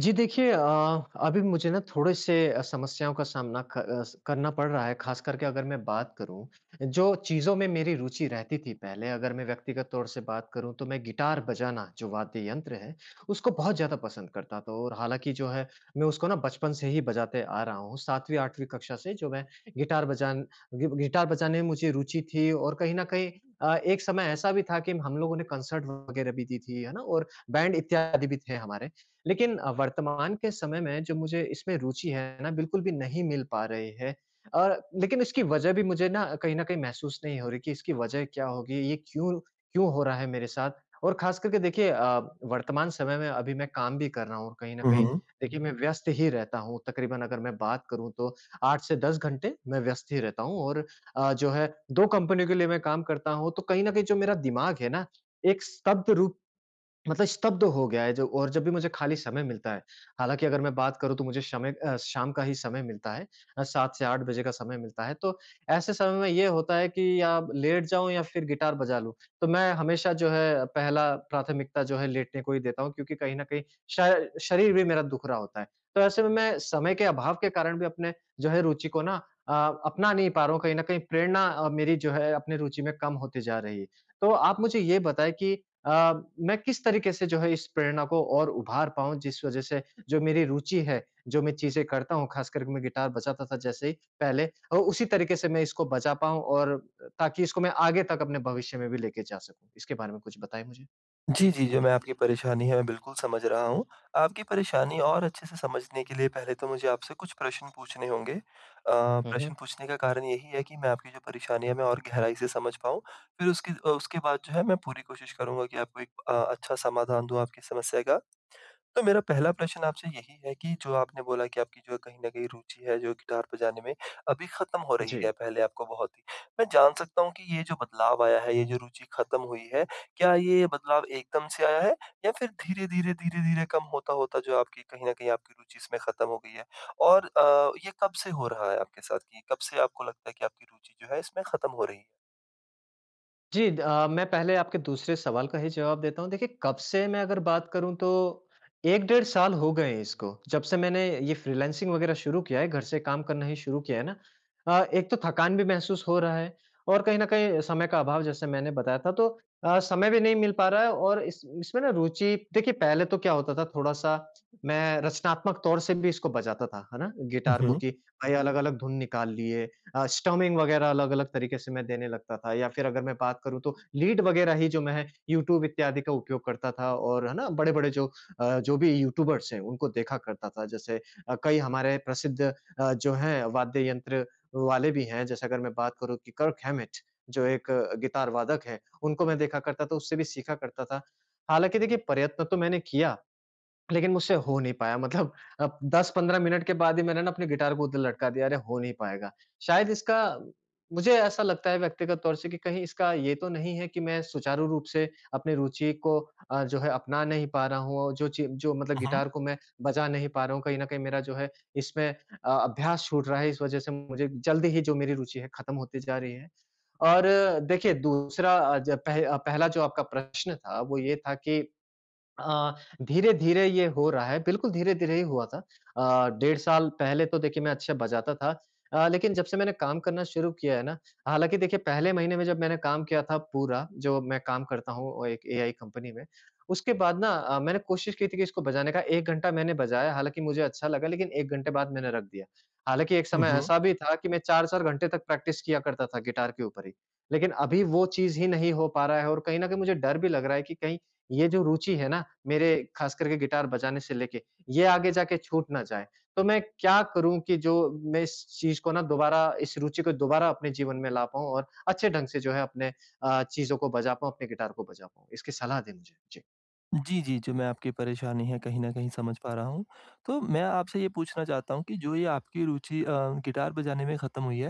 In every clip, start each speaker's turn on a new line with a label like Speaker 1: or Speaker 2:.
Speaker 1: जी देखिए, अभी मुझे ना थोड़े-से समस्याओं का सामना क अ, स करना पड़ रहा है, ख़ास करके अगर मैं बात करूँ, जो चीज़ों में मेरी रुचि रहती थी पहले अगर मैं व्यक्तिगत तौर से बात करूँ तो मैं गिटार बजाना जो वाद्य यंत्र है, उसको बहुत ज़्यादा पसंद करता था और हालाँकि जो है मैं उसको ना बचपन से ही बजाते आ रहा हूँ, 7वीं 8वीं कक्षा से जो मैं गिटार बजान गि गिटार बजाने में मुझे रुचि थी और कहीं न कहीं एक समय ऐसा भी था कि हम लोगों ने कंसर्ट वगैरह भी दी थी, है ना? और बैंड इत्यादि भी थे हमारे। लेकिन वर्तमान के समय में जो मुझे इसमें रुचि है ना, बिल्कुल भी नहीं मिल पा रही है। और लेकिन इसकी वजह भी मुझे ना कहीं न कहीं महसूस नहीं हो रही कि इसकी वजह क्या होगी? ये क्यों क्यों हो रहा है मेरे साथ? और ख़ास करके देखिए वर्तमान समय में अभी मैं काम भी कर रहा हूँ और कहीं न
Speaker 2: हुँ,
Speaker 1: कहीं
Speaker 2: हुँ।
Speaker 1: देखिए मैं व्यस्त ही रहता हूँ। तकरीबन अगर मैं बात करूँ तो 8 से 10 घंटे मैं व्यस्त ही रहता हूँ और जो है 2 कंपनियों के लिए मैं काम करता हूँ, तो कहीं न कहीं जो मेरा दिमाग है ना, एक स्तब्ध रूप मतलब स्तब्ध हो गया है जो और जब भी मुझे खाली समय मिलता है, हालाँकि अगर मैं बात करूँ तो मुझे समय शाम का ही समय मिलता है, 7 से 8 बजे का समय मिलता है। तो ऐसे समय में ये होता है कि या लेट जाऊँ या फिर गिटार बजा लूँ। तो मैं हमेशा जो है पहला प्राथमिकता जो है लेटने को ही देता हूँ क्योंकि कहीं न कहीं श शरीर भी मेरा दुख रहा होता है। तो ऐसे में मैं समय के अभाव के कारण भी अपने जो है रुचि को ना अ, अपना नहीं पा रहा हूँ, कहीं न कहीं प्रेरणा मेरी जो है अपनी रुचि में कम होती जा रही है। तो आप मुझे ये बताएँ कि अ, मैं किस तरीके से जो है इस प्रेरणा को और उभार पाऊँ जिस वज़ह से जो मेरी रुचि है, जो मैं चीज़ें करता हूँ ख़ास करके मैं गिटार बजाता था जैसे ही पहले उसी तरीके से मैं इसको बजा पाऊँ और ताकि इसको मैं आगे तक अपने भविष्य में भी लेके जा सकूँ। इसके बारे में कुछ बताएँ मुझे?
Speaker 2: जी, जी, जो मैं आपकी परेशानी है, मैं बिल्कुल समझ रहा हूँ। आपकी परेशानी और अच्छे से समझने के लिए पहले तो मुझे आपसे कुछ प्रश्न पूछने होंगे।
Speaker 1: हुँ,
Speaker 2: प्रश्न
Speaker 1: हुँ।
Speaker 2: पूछने का कारण यही है कि मैं आपकी जो परेशानी है, मैं और गहराई से समझ पाऊँ। फिर उसके बाद जो है मैं पूरी कोशिश करूँगा कि आपको एक अच्छा समाधान दूँ आपकी समस्या का। तो मेरा पहला प्रश्न आपसे यही है कि जो आपने बोला कि आपकी जो कहीं न कहीं रुचि है जो गिटार बजाने में, अभी ख़त्म हो रही
Speaker 1: जी।
Speaker 2: है, पहले आपको बहुत थी। मैं जान सकता हूँ कि ये जो बदलाव आया है, ये जो रुचि ख़त्म हुई है, क्या ये बदलाव एकदम से आया है या फिर धीरे-धीरे, धीरे-धीरे कम होता-होता जो आपकी कहीं न कहीं आपकी रुचि इसमें ख़त्म हो गई है? और ये कब से हो रहा है आपके साथ कि कब से आपको लगता है कि आपकी रुचि जो है इसमें ख़त्म हो रही है?
Speaker 1: जी, मैं पहले आपके दूसरे सवाल का ही जवाब देता हूँ। देखिए, कब से मैं अगर बात करूँ तो 1 डेढ़ साल हो गए हैं इसको। जब से मैंने ये फ्रीलांसिंग वगैरह शुरू किया है, घर से काम करना ही शुरू किया है ना, एक तो थकान भी महसूस हो रहा है और कहीं न कहीं समय का अभाव जैसे मैंने बताया था, तो समय भी नहीं मिल पा रहा है और इस इसमें ना रुचि देखिए पहले तो क्या होता था, थोड़ा-सा मैं रचनात्मक तौर से भी इसको बजाता था, है ना?
Speaker 2: हुँ,
Speaker 1: गिटार को
Speaker 2: हुँ।
Speaker 1: कि भाई अलग-अलग धुन निकाल लिए, स्टमिंग वगैरह अलग-अलग तरीके से मैं देने लगता था या फिर अगर मैं बात करूँ तो लीड वगैरह ही जो मैं यूट्यूब इत्यादि का उपयोग करता था और है ना, बड़े-बड़े जो जो भी यूट्यूबर्स हैं उनको देखा करता था। जैसे कई हमारे प्रसिद्ध जो हैं वाद्य यंत्र वाले भी हैं, जैसे अगर मैं बात करूँ कि कर्क हैमिट जो एक गिटार वादक हैं, उनको मैं देखा करता था, उससे भी सीखा करता था। हालाँकि देखिए प्रयत्न तो मैंने किया लेकिन मुझसे हो नहीं पाया, मतलब अब 10-15 मिनट के बाद ही मैंने ना अपनी गिटार को उधर लटका दिया, अरे हो नहीं पाएगा। शायद इसका मुझे ऐसा लगता है व्यक्तिगत तौर से कि कहीं इसका ये तो नहीं है कि मैं सुचारू रूप से अपनी रुचि को जो है अपना नहीं पा रहा हूँ और जो मतलब
Speaker 2: हुँ, हुँ।
Speaker 1: गिटार को मैं बजा नहीं पा रहा हूँ, कहीं न कहीं मेरा जो है इसमें अभ्यास छूट रहा है, इस वजह से मुझे जल्दी ही जो मेरी रुचि है खत्म होती जा रही है। और देखिए दूसरा, पहला जो आपका प्रश्न था वो ये था कि अ, धीरे-धीरे ये हो रहा है, बिल्कुल धीरे-धीरे ही हुआ था। डेढ़ साल पहले तो देखिए मैं अच्छा बजाता था। लेकिन जब से मैंने काम करना शुरू किया है ना, हालाँकि देखिए पहले महीने में जब मैंने काम किया था पूरा, जो मैं काम करता हूँ एक एआई कंपनी में, उसके बाद ना मैंने कोशिश की थी कि इसको बजाने का 1 घंटा मैंने बजाया, हालाँकि मुझे अच्छा लगा लेकिन 1 घंटे बाद मैंने रख दिया। हालाँकि एक
Speaker 2: हुँ,
Speaker 1: समय
Speaker 2: हुँ।
Speaker 1: ऐसा भी था कि मैं 4-4 घंटे तक प्रैक्टिस किया करता था गिटार के ऊपर ही। लेकिन अभी वो चीज़ ही नहीं हो पा रहा है और कहीं न कहीं मुझे डर भी लग रहा है कि कहीं ये जो रुचि है ना, मेरे, ख़ास करके गिटार बजाने से लेके, ये आगे जाके छूट ना जाए। तो मैं क्या करूँ कि जो मैं इस चीज़ को ना दोबारा, इस रुचि को दोबारा अपने जीवन में ला पाऊँ और अच्छे ढंग से जो है अपने चीज़ों को बजा पाऊँ, अपने गिटार को बजा पाऊँ। इसकी सलाह दें मुझे। जी।
Speaker 2: जी, जी, जो मैं आपकी परेशानी है कहीं न कहीं समझ पा रहा हूँ। तो मैं आपसे ये पूछना चाहता हूँ कि जो ये आपकी रुचि गिटार बजाने में ख़त्म हुई है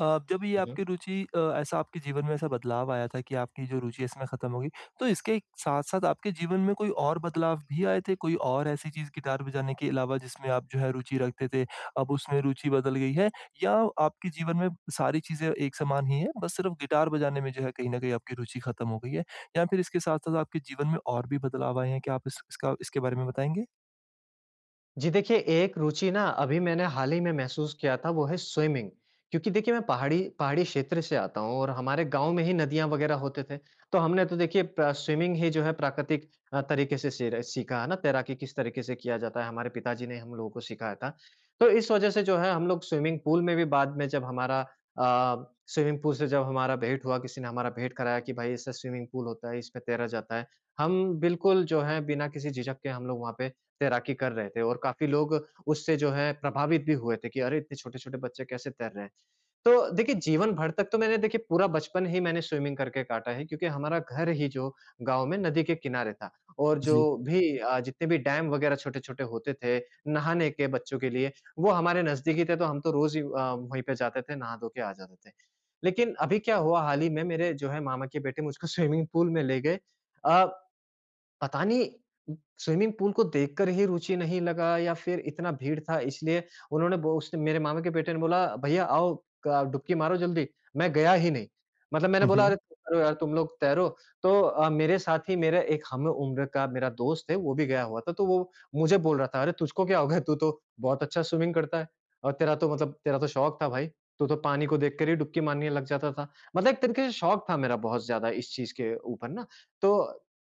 Speaker 2: जब ये
Speaker 1: हुँ, हुँ।
Speaker 2: आपकी रुचि ऐसा आपके जीवन में ऐसा बदलाव आया था कि आपकी जो रुचि है इसमें ख़त्म हो गई, तो इसके साथ-साथ आपके जीवन में कोई और बदलाव भी आए थे? कोई और ऐसी चीज़ गिटार बजाने के अलावा जिसमें आप जो है रुचि रखते थे, अब उसमें रुचि बदल गई है? या आपके जीवन में सारी चीज़ें एक समान ही हैं, बस सिर्फ़ गिटार बजाने में जो है कहीं न कहीं आपकी रुचि ख़त्म हो गई है? या फिर इसके साथ-साथ आपके जीवन में और भी बदलाव आए हैं? क्या आप इस इसका इसके बारे में बताएँगे?
Speaker 1: जी देखिए, एक रुचि ना अभी मैंने हाल ही में महसूस किया था वो है स्विमिंग। क्योंकि देखिए मैं पहाड़ी पहाड़ी क्षेत्र से आता हूँ और हमारे गाँव में ही नदियाँ वग़ैरह होते थे। तो हमने तो देखिए प्र स्विमिंग ही जो है प्राकृतिक तरीके से सीर सीखा है ना, तैराकी किस तरीके से किया जाता है, हमारे पिताजी ने हम लोगों को सिखाया था। तो इस वज़ह से जो है हम लोग स्विमिंग पूल में भी बाद में जब हमारा स्विमिंग पूल से जब हमारा भेंट हुआ, किसी ने हमारा भेंट कराया कि भाई ऐसा स्विमिंग पूल होता है, इसमें तैरा जाता है। हम बिल्कुल जो है बिना किसी झिझक के हम लोग वहाँ पे तैराकी कर रहे थे और काफ़ी लोग उससे जो है प्रभावित भी हुए थे कि अरे! इतने छोटे-छोटे बच्चे कैसे तैर रहे हैं। तो देखिए जीवन भर तक तो मैंने, देखिए पूरा बचपन ही मैंने स्विमिंग करके काटा है क्योंकि हमारा घर ही जो गाँव में नदी के किनारे था और जो
Speaker 2: जी।
Speaker 1: भी जितने भी डैम वगैरह छोटे-छोटे होते थे, नहाने के बच्चों के लिए, वो हमारे नज़दीक ही थे तो हम तो रोज़ ही वहीं पे जाते थे, नहा धो के आ जाते थे। लेकिन अभी क्या हुआ हाल ही में मेरे जो है मामा के बेटे मुझको स्विमिंग पूल में ले गए। अ पता नहीं स्विमिंग पूल को देखकर ही रुचि नहीं लगा या फिर इतना भीड़ था इसलिए उन्होंने बो उसने मेरे मामा के बेटे ने बोला, "भैया आओ, क डुबकी मारो जल्दी।" मैं गया ही नहीं। मतलब मैंने
Speaker 2: हुँ,
Speaker 1: बोला, "अरे!
Speaker 2: हुँ।
Speaker 1: तैरो यार, तुम लोग तैरो।" तो मेरे साथ ही मेरा एक हम उम्र का मेरा दोस्त है, वो भी गया हुआ था, तो वो मुझे बोल रहा था, "अरे! तुझको क्या हो गया? तू तो बहुत अच्छा स्विमिंग करता है और तेरा तो मतलब तेरा तो शौक था भाई। तू तो पानी को देखकर ही डुबकी मारने लग जाता था।" मतलब एक तरीके से शौक था मेरा बहुत ज़्यादा इस चीज़ के ऊपर ना। तो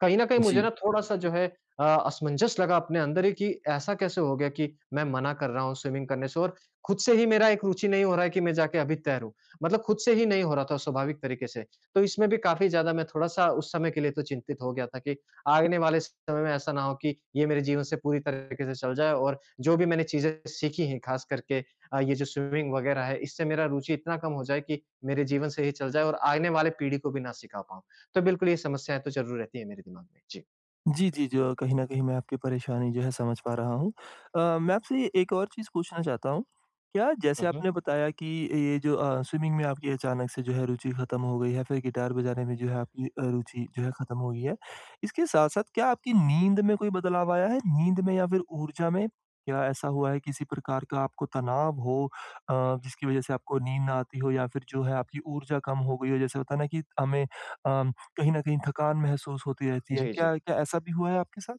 Speaker 1: कहीं न कहीं मुझे
Speaker 2: जी।
Speaker 1: ना थोड़ा-सा जो है असमंजस लगा अपने अंदर ही कि ऐसा कैसे हो गया कि मैं मना कर रहा हूँ स्विमिंग करने से और खुद से ही मेरा एक रुचि नहीं हो रहा है कि मैं जाके अभी तैरूँ। मतलब खुद से ही नहीं हो रहा था स्वाभाविक तरीके से। तो इसमें भी काफ़ी ज़्यादा मैं थोड़ा-सा उस समय के लिए तो चिंतित हो गया था कि आने वाले समय में ऐसा ना हो कि ये मेरे जीवन से पूरी तरीके से चल जाए और जो भी मैंने चीज़ें सीखी हैं ख़ास करके ये जो स्विमिंग वग़ैरह है इससे मेरा रुचि इतना कम हो जाए कि मेरे जीवन से ही चल जाए और आने वाले पीढ़ी को भी ना सिखा पाऊँ। तो बिल्कुल ये समस्याएँ तो ज़रूर रहती हैं मेरे दिमाग में। जी।
Speaker 2: जी, जी, जो कहीं न कहीं मैं आपकी परेशानी जो है समझ पा रहा हूँ। मैं आपसे एक और चीज़ पूछना चाहता हूँ। क्या
Speaker 1: हुँ,
Speaker 2: जैसे
Speaker 1: हुँ।
Speaker 2: आपने बताया कि ये जो स्विमिंग में आपकी अचानक से जो है रुचि खत्म हो गई है, फिर गिटार बजाने में जो है आपकी रुचि जो है खत्म हो गई है। इसके साथ-साथ क्या आपकी नींद में कोई बदलाव आया है? नींद में या फिर ऊर्जा में? क्या ऐसा हुआ है किसी प्रकार का आपको तनाव हो अ, जिसकी वजह से आपको नींद ना आती हो या फिर जो है आपकी ऊर्जा कम हो गई हो? जैसे होता है ना कि हमें अ, कहीं न कहीं थकान महसूस होती रहती है।
Speaker 1: जी, जी।
Speaker 2: क्या क्या ऐसा भी हुआ है आपके साथ?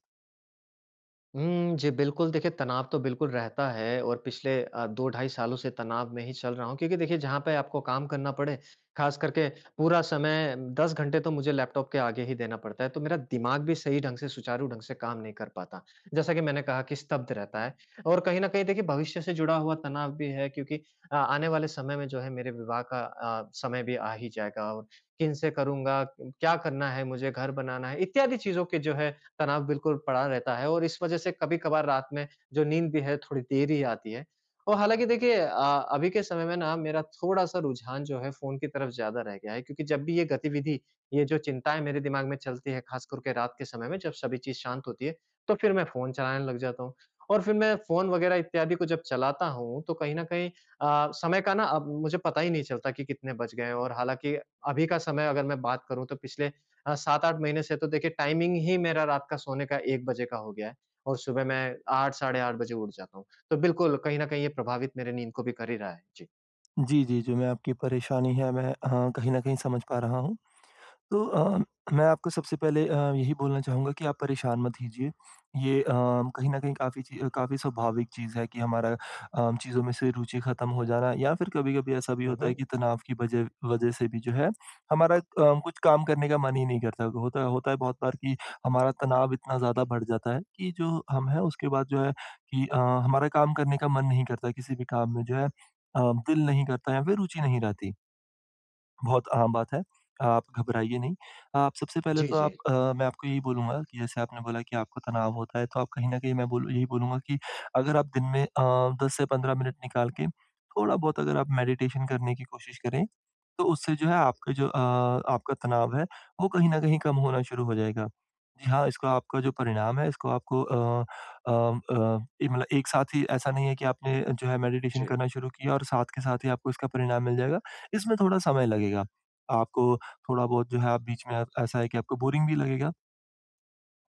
Speaker 1: हुँ, जी, बिल्कुल, देखिए तनाव तो बिल्कुल रहता है और पिछले 2 ढाई सालों से तनाव में ही चल रहा हूँ क्योंकि देखिए जहाँ पे आपको काम करना पड़े, ख़ास करके पूरा समय 10 घंटे तो मुझे लैपटॉप के आगे ही देना पड़ता है, तो मेरा दिमाग भी सही ढंग से, सुचारू ढंग से काम नहीं कर पाता। जैसा कि मैंने कहा कि स्तब्ध रहता है और कहीं न कहीं देखिए भविष्य से जुड़ा हुआ तनाव भी है क्योंकि आने वाले समय में जो है मेरे विवाह का समय भी आ ही जाएगा और किन से करूँगा, क्या करना है मुझे, घर बनाना है, इत्यादि चीज़ों के जो है तनाव बिल्कुल पड़ा रहता है और इस वजह से कभी-कभार रात में जो नींद भी है थोड़ी देर ही आती है। और हालाँकि देखिए अभी के समय में ना मेरा थोड़ा-सा रुझान जो है फ़ोन की तरफ ज़्यादा रह गया है क्योंकि जब भी ये गतिविधि, ये जो चिंताएँ मेरे दिमाग में चलती है ख़ास करके रात के समय में जब सभी चीज़ शांत होती है, तो फिर मैं फ़ोन चलाने लग जाता हूँ। और फिर मैं फ़ोन वग़ैरह इत्यादि को जब चलाता हूँ तो कहीं न कहीं समय का ना अब मुझे पता ही नहीं चलता कि कितने बज गए हैं और हालाँकि अभी का समय अगर मैं बात करूँ तो पिछले, हाँ, 7-8 महीने से तो देखिए टाइमिंग ही मेरा रात का सोने का 1 बजे का हो गया है और सुबह मैं 8 साढ़े 8 बजे उठ जाता हूँ। तो बिल्कुल कहीं न कहीं ये प्रभावित मेरी नींद को भी कर ही रहा है। जी।
Speaker 2: जी, जी, जो मैं आपकी परेशानी है मैं कहीं न कहीं समझ पा रहा हूँ। तो मैं आपको सबसे पहले यही बोलना चाहूँगा कि आप परेशान मत कीजिए। ये कहीं न कहीं काफ़ी स्वाभाविक चीज़ है कि हमारा चीज़ों में से रुचि खत्म हो जाना या फिर कभी-कभी ऐसा भी
Speaker 1: हुँ,
Speaker 2: होता है
Speaker 1: हुँ।
Speaker 2: कि तनाव की वजह वजह से भी जो है हमारा कुछ काम करने का मन ही नहीं करता। होता होता है बहुत बार कि हमारा तनाव इतना ज़्यादा बढ़ जाता है कि जो हम हैं उसके बाद जो है कि हमारा काम करने का मन नहीं करता, किसी भी काम में जो है दिल नहीं करता या फिर रुचि नहीं रहती। बहुत आम बात है। आप घबराइए नहीं। आप सबसे पहले
Speaker 1: जी,
Speaker 2: तो
Speaker 1: जी।
Speaker 2: मैं आपको यही बोलूँगा कि जैसे आपने बोला कि आपको तनाव होता है, तो आप कहीं न कहीं मैं बोलूँ यही बोलूँगा कि अगर आप दिन में 10 से 15 मिनट निकाल के थोड़ा-बहुत अगर आप मेडिटेशन करने की कोशिश करें तो उससे जो है आपका तनाव है, वो कहीं न कहीं कम होना शुरू हो जाएगा। जी हाँ, इसका आपका जो परिणाम है इसको आपको ये मतलब एक साथ ही ऐसा नहीं है कि आपने जो है मेडिटेशन
Speaker 1: जी।
Speaker 2: करना शुरू किया और साथ के साथ ही आपको इसका परिणाम मिल जाएगा। इसमें थोड़ा समय लगेगा। आपको थोड़ा बहुत जो है आप बीच में ऐसा है कि आपको बोरिंग भी लगेगा।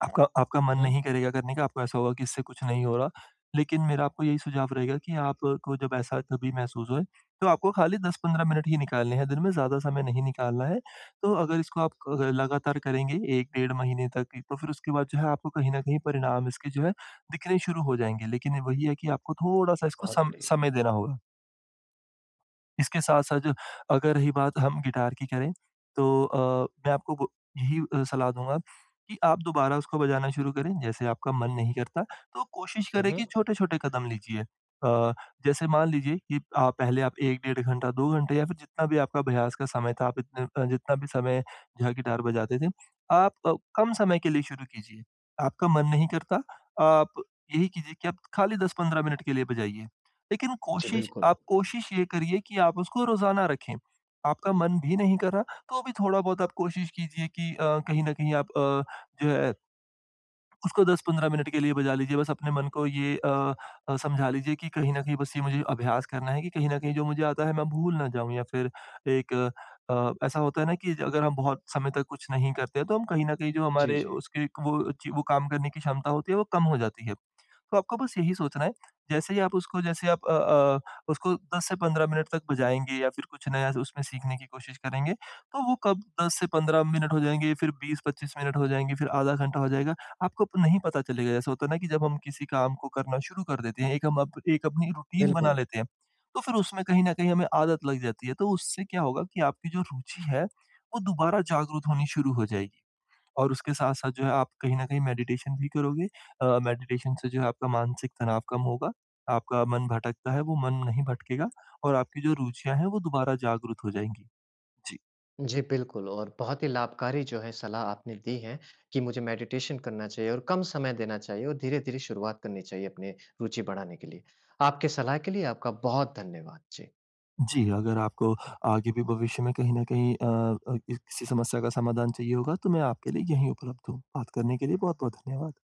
Speaker 2: आपका आपका
Speaker 1: हुँ,
Speaker 2: मन
Speaker 1: हुँ।
Speaker 2: नहीं करेगा करने का, आपको ऐसा होगा कि इससे कुछ नहीं हो रहा। लेकिन मेरा आपको यही सुझाव रहेगा कि आपको जब ऐसा कभी महसूस होए, तो आपको खाली 10-15 मिनट ही निकालने हैं दिन में, ज़्यादा समय नहीं निकालना है। तो अगर इसको आप लगातार करेंगे 1 डेढ़ महीने तक ही, तो फिर उसके बाद जो है आपको कहीं न कहीं परिणाम इसके जो है दिखने शुरू हो जाएँगे। लेकिन वही है कि आपको थोड़ा-सा इसको
Speaker 1: बहुत
Speaker 2: सम
Speaker 1: बढ़िया।
Speaker 2: समय देना होगा। इसके साथ-साथ अगर रही बात हम गिटार की करें तो मैं आपको ब यही सलाह दूँगा कि आप दोबारा उसको बजाना शुरू करें, जैसे आपका मन नहीं करता तो कोशिश
Speaker 1: हुँ,
Speaker 2: करें
Speaker 1: हुँ।
Speaker 2: कि छोटे-छोटे कदम लीजिए। जैसे मान लीजिए कि पहले आप 1 डेढ़ घंटा, 2 घंटे या फिर जितना भी आपका अभ्यास का समय था, आप इतने जितना भी समय जहाँ गिटार बजाते थे, आप कम समय के लिए शुरू कीजिए। आपका मन नहीं करता, आप यही कीजिए कि आप खाली 10-15 मिनट के लिए बजाइए। लेकिन
Speaker 1: जी,
Speaker 2: कोशिश
Speaker 1: बिल्कुल।
Speaker 2: आप कोशिश ये करिए कि आप उसको रोज़ाना रखें। आपका मन भी नहीं कर रहा, तो भी थोड़ा-बहुत आप कोशिश कीजिए कि कहीं न कहीं आप जो है उसको 10-15 मिनट के लिए बजा लीजिए। बस अपने मन को ये समझा लीजिए कि कहीं न कहीं बस ये मुझे अभ्यास करना है कि कहीं न कहीं जो मुझे आता है मैं भूल ना जाऊँ या फिर एक अ, ऐसा होता है ना कि अगर हम बहुत समय तक कुछ नहीं करते हैं, तो हम कहीं न कहीं जो
Speaker 1: जी,
Speaker 2: हमारे
Speaker 1: जी।
Speaker 2: उसके वो चि वो काम करने की क्षमता होती है, वो कम हो जाती है। तो आपको बस यही सोचना है, जैसे आप उसको 10 से 15 मिनट तक बजाएँगे या फिर कुछ नया उसमें सीखने की कोशिश करेंगे, तो वो कब 10 से 15 मिनट हो जाएँगे, फिर 20-25 मिनट हो जाएँगे, फिर आधा घंटा हो जाएगा, आपको प नहीं पता चलेगा। जैसे होता है ना कि जब हम किसी काम को करना शुरू कर देते हैं, एक हम अप एक अपनी रूटीन बना
Speaker 1: बिल्कुल।
Speaker 2: लेते हैं, तो फिर उसमें कहीं न कहीं हमें आदत लग जाती है। तो उससे क्या होगा कि आपकी जो रुचि है, वो दोबारा जागरूक होनी शुरू हो जाएगी। और उसके साथ-साथ जो है आप कहीं न कहीं मेडिटेशन भी करोगे मेडिटेशन से जो है आपका मानसिक तनाव कम होगा, आपका मन भटकता है वो मन नहीं भटकेगा और आपकी जो रुचियाँ हैं वो दोबारा जागृत हो जाएँगी। जी,
Speaker 1: जी, बिल्कुल और बहुत ही लाभकारी जो है सलाह आपने दी है कि मुझे मेडिटेशन करना चाहिए और कम समय देना चाहिए और धीरे-धीरे शुरुआत करनी चाहिए अपने रुचि बढ़ाने के लिए। आपके सलाह के लिए आपका बहुत धन्यवाद। जी।
Speaker 2: जी अगर आपको आगे भी भविष्य में कहीं न कहीं किसी समस्या का समाधान चाहिए होगा तो मैं आपके लिए यहीं उपलब्ध हूँ। बात करने के लिए बहुत-बहुत धन्यवाद।